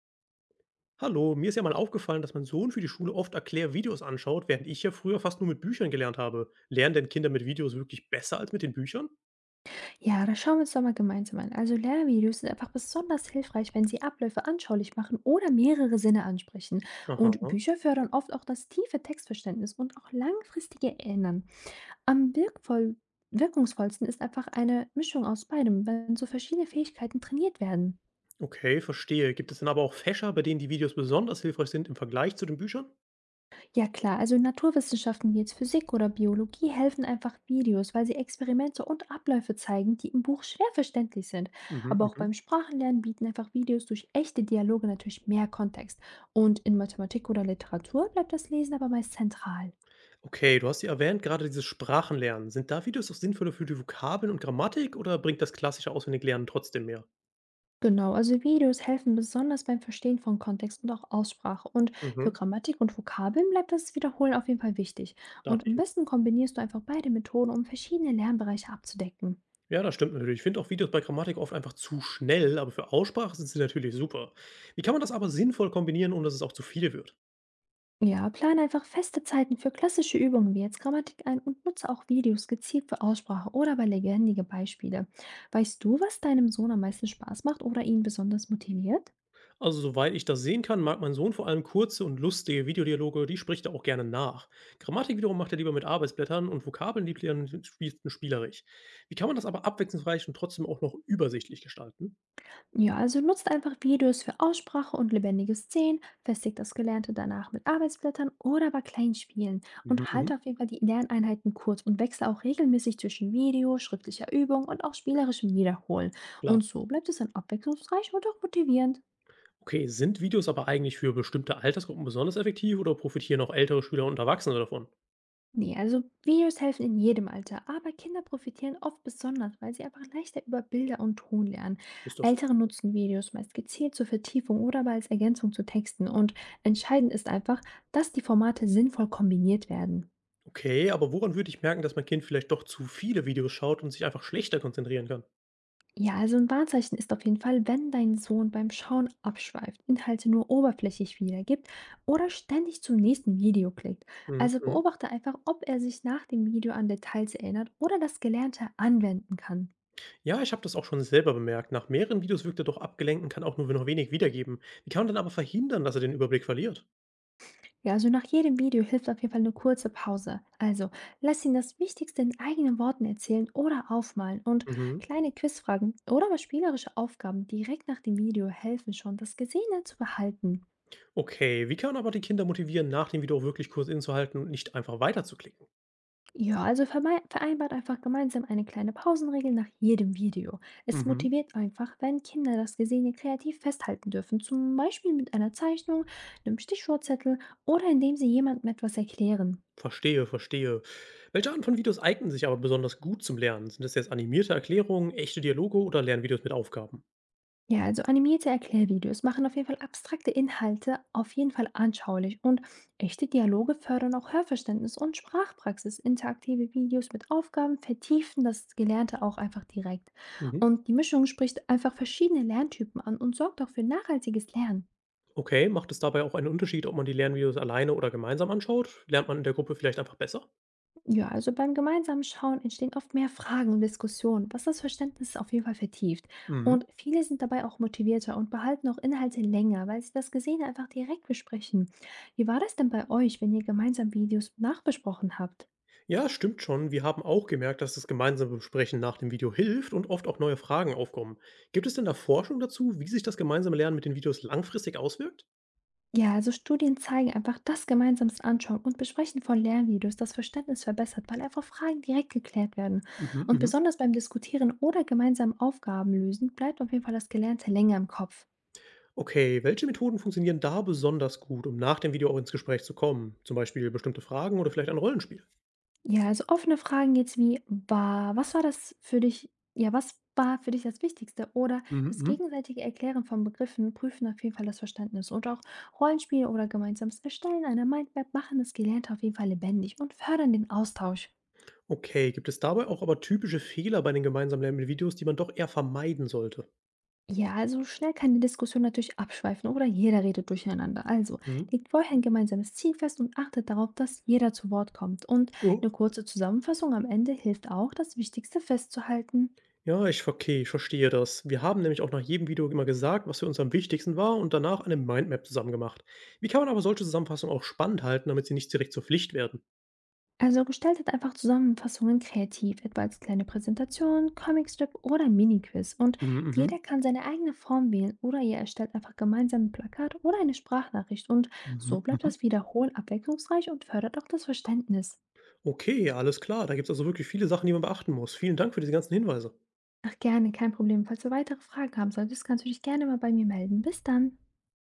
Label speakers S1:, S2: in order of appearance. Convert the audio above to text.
S1: Hallo, mir ist ja mal aufgefallen, dass mein Sohn für die Schule oft Erklärvideos anschaut, während ich ja früher fast nur mit Büchern gelernt habe. Lernen denn Kinder mit Videos wirklich besser als mit den Büchern?
S2: Ja, das schauen wir uns doch mal gemeinsam an. Also Lehrvideos sind einfach besonders hilfreich, wenn sie Abläufe anschaulich machen oder mehrere Sinne ansprechen. Und
S1: Aha,
S2: Bücher fördern oft auch das tiefe Textverständnis und auch langfristige Erinnern. Am wirkvoll wirkungsvollsten ist einfach eine Mischung aus beidem, wenn so verschiedene Fähigkeiten trainiert werden.
S1: okay, verstehe. Gibt es denn aber auch Fächer, bei denen die Videos besonders hilfreich sind im Vergleich zu den Büchern?
S2: Ja klar, also in Naturwissenschaften wie jetzt Physik oder Biologie helfen einfach Videos, weil sie Experimente und Abläufe zeigen, die im Buch schwer verständlich sind.
S1: Mhm,
S2: Aber auch beim
S1: mhm.
S2: Sprachenlernen bieten einfach Videos durch echte Dialoge natürlich mehr Kontext. Und in Mathematik oder Literatur bleibt das Lesen aber meist zentral.
S1: Okay, du hast ja erwähnt, gerade dieses Sprachenlernen. Sind da Videos auch sinnvoller für die Vokabeln und Grammatik oder bringt das klassische Auswendiglernen trotzdem mehr?
S2: Genau, also Videos helfen besonders beim Verstehen von Kontext und auch Aussprache. Und für
S1: Mhm.
S2: Grammatik und Vokabeln bleibt das Wiederholen auf jeden Fall wichtig. Und
S1: Dachte
S2: am
S1: ich mir.
S2: besten kombinierst du einfach beide Methoden, um verschiedene Lernbereiche abzudecken.
S1: Ja, das stimmt natürlich. Ich finde auch Videos bei Grammatik oft einfach zu schnell, aber für Aussprache sind sie natürlich super. Wie kann man das aber sinnvoll kombinieren, ohne dass es auch zu viel wird?
S2: Ja, plane einfach feste Zeiten für klassische Übungen wie jetzt Grammatik ein und nutze auch Videos gezielt für Aussprache oder bei lebendige Beispiele. Weißt du, was deinem Sohn am meisten Spaß macht oder ihn besonders motiviert?
S1: Also, soweit ich das sehen kann, mag mein Sohn vor allem kurze und lustige Videodialoge, die spricht er auch gerne nach. Grammatik wiederum macht er lieber mit Arbeitsblättern und Vokabeln liebt er und spielt spielerisch. Wie kann man das aber abwechslungsreich und trotzdem auch noch übersichtlich gestalten?
S2: Ja, also nutzt einfach Videos für Aussprache und lebendige Szenen, festigt das Gelernte danach mit Arbeitsblättern oder bei kleinen Spielen
S1: Mhm,
S2: und
S1: mhm.
S2: halte auf jeden Fall die Lerneinheiten kurz und wechsle auch regelmäßig zwischen Video, schriftlicher Übung und auch spielerischem Wiederholen.
S1: Klar.
S2: Und so bleibt es dann abwechslungsreich und auch motivierend.
S1: Okay, sind Videos aber eigentlich für bestimmte Altersgruppen besonders effektiv oder profitieren auch ältere Schüler und Erwachsene davon?
S2: Nee, also Videos helfen in jedem Alter, aber Kinder profitieren oft besonders, weil sie einfach leichter über Bilder und Ton lernen.
S1: Ist das.
S2: Ältere nutzen Videos meist gezielt zur Vertiefung oder aber als Ergänzung zu Texten und entscheidend ist einfach, dass die Formate sinnvoll kombiniert werden.
S1: Okay, aber woran würde ich merken, dass mein Kind vielleicht doch zu viele Videos schaut und sich einfach schlechter konzentrieren kann?
S2: Ja, also ein Warnzeichen ist auf jeden Fall, wenn dein Sohn beim Schauen abschweift, Inhalte nur oberflächlich wiedergibt oder ständig zum nächsten Video klickt.
S1: Mhm,
S2: Also
S1: mhm.
S2: beobachte einfach, ob er sich nach dem Video an Details erinnert oder das Gelernte anwenden kann.
S1: Ja, ich habe das auch schon selber bemerkt. Nach mehreren Videos wirkt er doch abgelenkt und kann auch nur noch wenig wiedergeben. Wie kann man dann aber verhindern, dass er den Überblick verliert?
S2: Ja, also nach jedem Video hilft auf jeden Fall eine kurze Pause. Also lass ihn das Wichtigste in eigenen Worten erzählen oder aufmalen und
S1: Mhm.
S2: kleine Quizfragen oder aber spielerische Aufgaben direkt nach dem Video helfen schon, das Gesehene zu behalten.
S1: Okay, wie kann man aber die Kinder motivieren, nach dem Video auch wirklich kurz inzuhalten und nicht einfach weiterzuklicken?
S2: Ja, also vereinbart einfach gemeinsam eine kleine Pausenregel nach jedem Video. Es
S1: Mhm.
S2: motiviert einfach, wenn Kinder das Gesehene kreativ festhalten dürfen, zum Beispiel mit einer Zeichnung, einem Stichwortzettel oder indem sie jemandem etwas erklären.
S1: Verstehe, verstehe. Welche Arten von Videos eignen sich aber besonders gut zum Lernen? Sind das jetzt animierte Erklärungen, echte Dialoge oder Lernvideos mit Aufgaben?
S2: Ja, also animierte Erklärvideos machen auf jeden Fall abstrakte Inhalte auf jeden Fall anschaulich und echte Dialoge fördern auch Hörverständnis und Sprachpraxis. Interaktive Videos mit Aufgaben vertiefen das Gelernte auch einfach direkt.
S1: Mhm.
S2: Und die Mischung spricht einfach verschiedene Lerntypen an und sorgt auch für nachhaltiges Lernen.
S1: Okay, macht es dabei auch einen Unterschied, ob man die Lernvideos alleine oder gemeinsam anschaut? Lernt man in der Gruppe vielleicht einfach besser?
S2: Ja, also beim gemeinsamen Schauen entstehen oft mehr Fragen und Diskussionen, was das Verständnis auf jeden Fall vertieft.
S1: Mhm.
S2: Und viele sind dabei auch motivierter und behalten auch Inhalte länger, weil sie das Gesehene einfach direkt besprechen. Wie war das denn bei euch, wenn ihr gemeinsam Videos nachbesprochen habt?
S1: Ja, stimmt schon. Wir haben auch gemerkt, dass das gemeinsame Besprechen nach dem Video hilft und oft auch neue Fragen aufkommen. Gibt es denn da Forschung dazu, wie sich das gemeinsame Lernen mit den Videos langfristig auswirkt?
S2: Ja, also Studien zeigen einfach, dass gemeinsames Anschauen und Besprechen von Lernvideos das Verständnis verbessert, weil einfach Fragen direkt geklärt werden.
S1: Mhm,
S2: Und
S1: mhm.
S2: besonders beim Diskutieren oder gemeinsamen Aufgaben lösen bleibt auf jeden Fall das Gelernte länger im Kopf.
S1: Okay, welche Methoden funktionieren da besonders gut, um nach dem Video auch ins Gespräch zu kommen? Zum Beispiel bestimmte Fragen oder vielleicht ein Rollenspiel?
S2: Ja, also offene Fragen jetzt wie war was war das für dich ja, was war für dich das Wichtigste? Oder
S1: Mhm,
S2: das
S1: mhm.
S2: gegenseitige Erklären von Begriffen prüfen auf jeden Fall das Verständnis. Und auch Rollenspiele oder gemeinsames Erstellen einer Mindmap machen das Gelernte auf jeden Fall lebendig und fördern den Austausch.
S1: Okay, gibt es dabei auch aber typische Fehler bei den gemeinsamen Lernvideos, die man doch eher vermeiden sollte?
S2: Ja, also schnell kann die Diskussion natürlich abschweifen oder jeder redet durcheinander. Also
S1: Mhm.
S2: legt vorher ein gemeinsames Ziel fest und achtet darauf, dass jeder zu Wort kommt. Und eine
S1: Ja.
S2: kurze Zusammenfassung am Ende hilft auch, das Wichtigste festzuhalten.
S1: Ja, ich okay, ich verstehe das. Wir haben nämlich auch nach jedem Video immer gesagt, was für uns am wichtigsten war und danach eine Mindmap zusammen gemacht. Wie kann man aber solche Zusammenfassungen auch spannend halten, damit sie nicht direkt zur Pflicht werden?
S2: Also gestaltet einfach Zusammenfassungen kreativ, etwa als kleine Präsentation, Comicstrip oder Mini-Quiz. Und
S1: Mhm,
S2: jeder
S1: mhm,
S2: kann seine eigene Form wählen oder ihr erstellt einfach gemeinsam ein Plakat oder eine Sprachnachricht. Und so
S1: mhm,
S2: bleibt
S1: mhm.
S2: das Wiederholen abwechslungsreich und fördert auch das Verständnis.
S1: Okay, alles klar. Da gibt es also wirklich viele Sachen, die man beachten muss. Vielen Dank für diese ganzen Hinweise.
S2: Ach gerne, kein Problem. Falls du weitere Fragen haben solltest, kannst du dich gerne mal bei mir melden. Bis dann.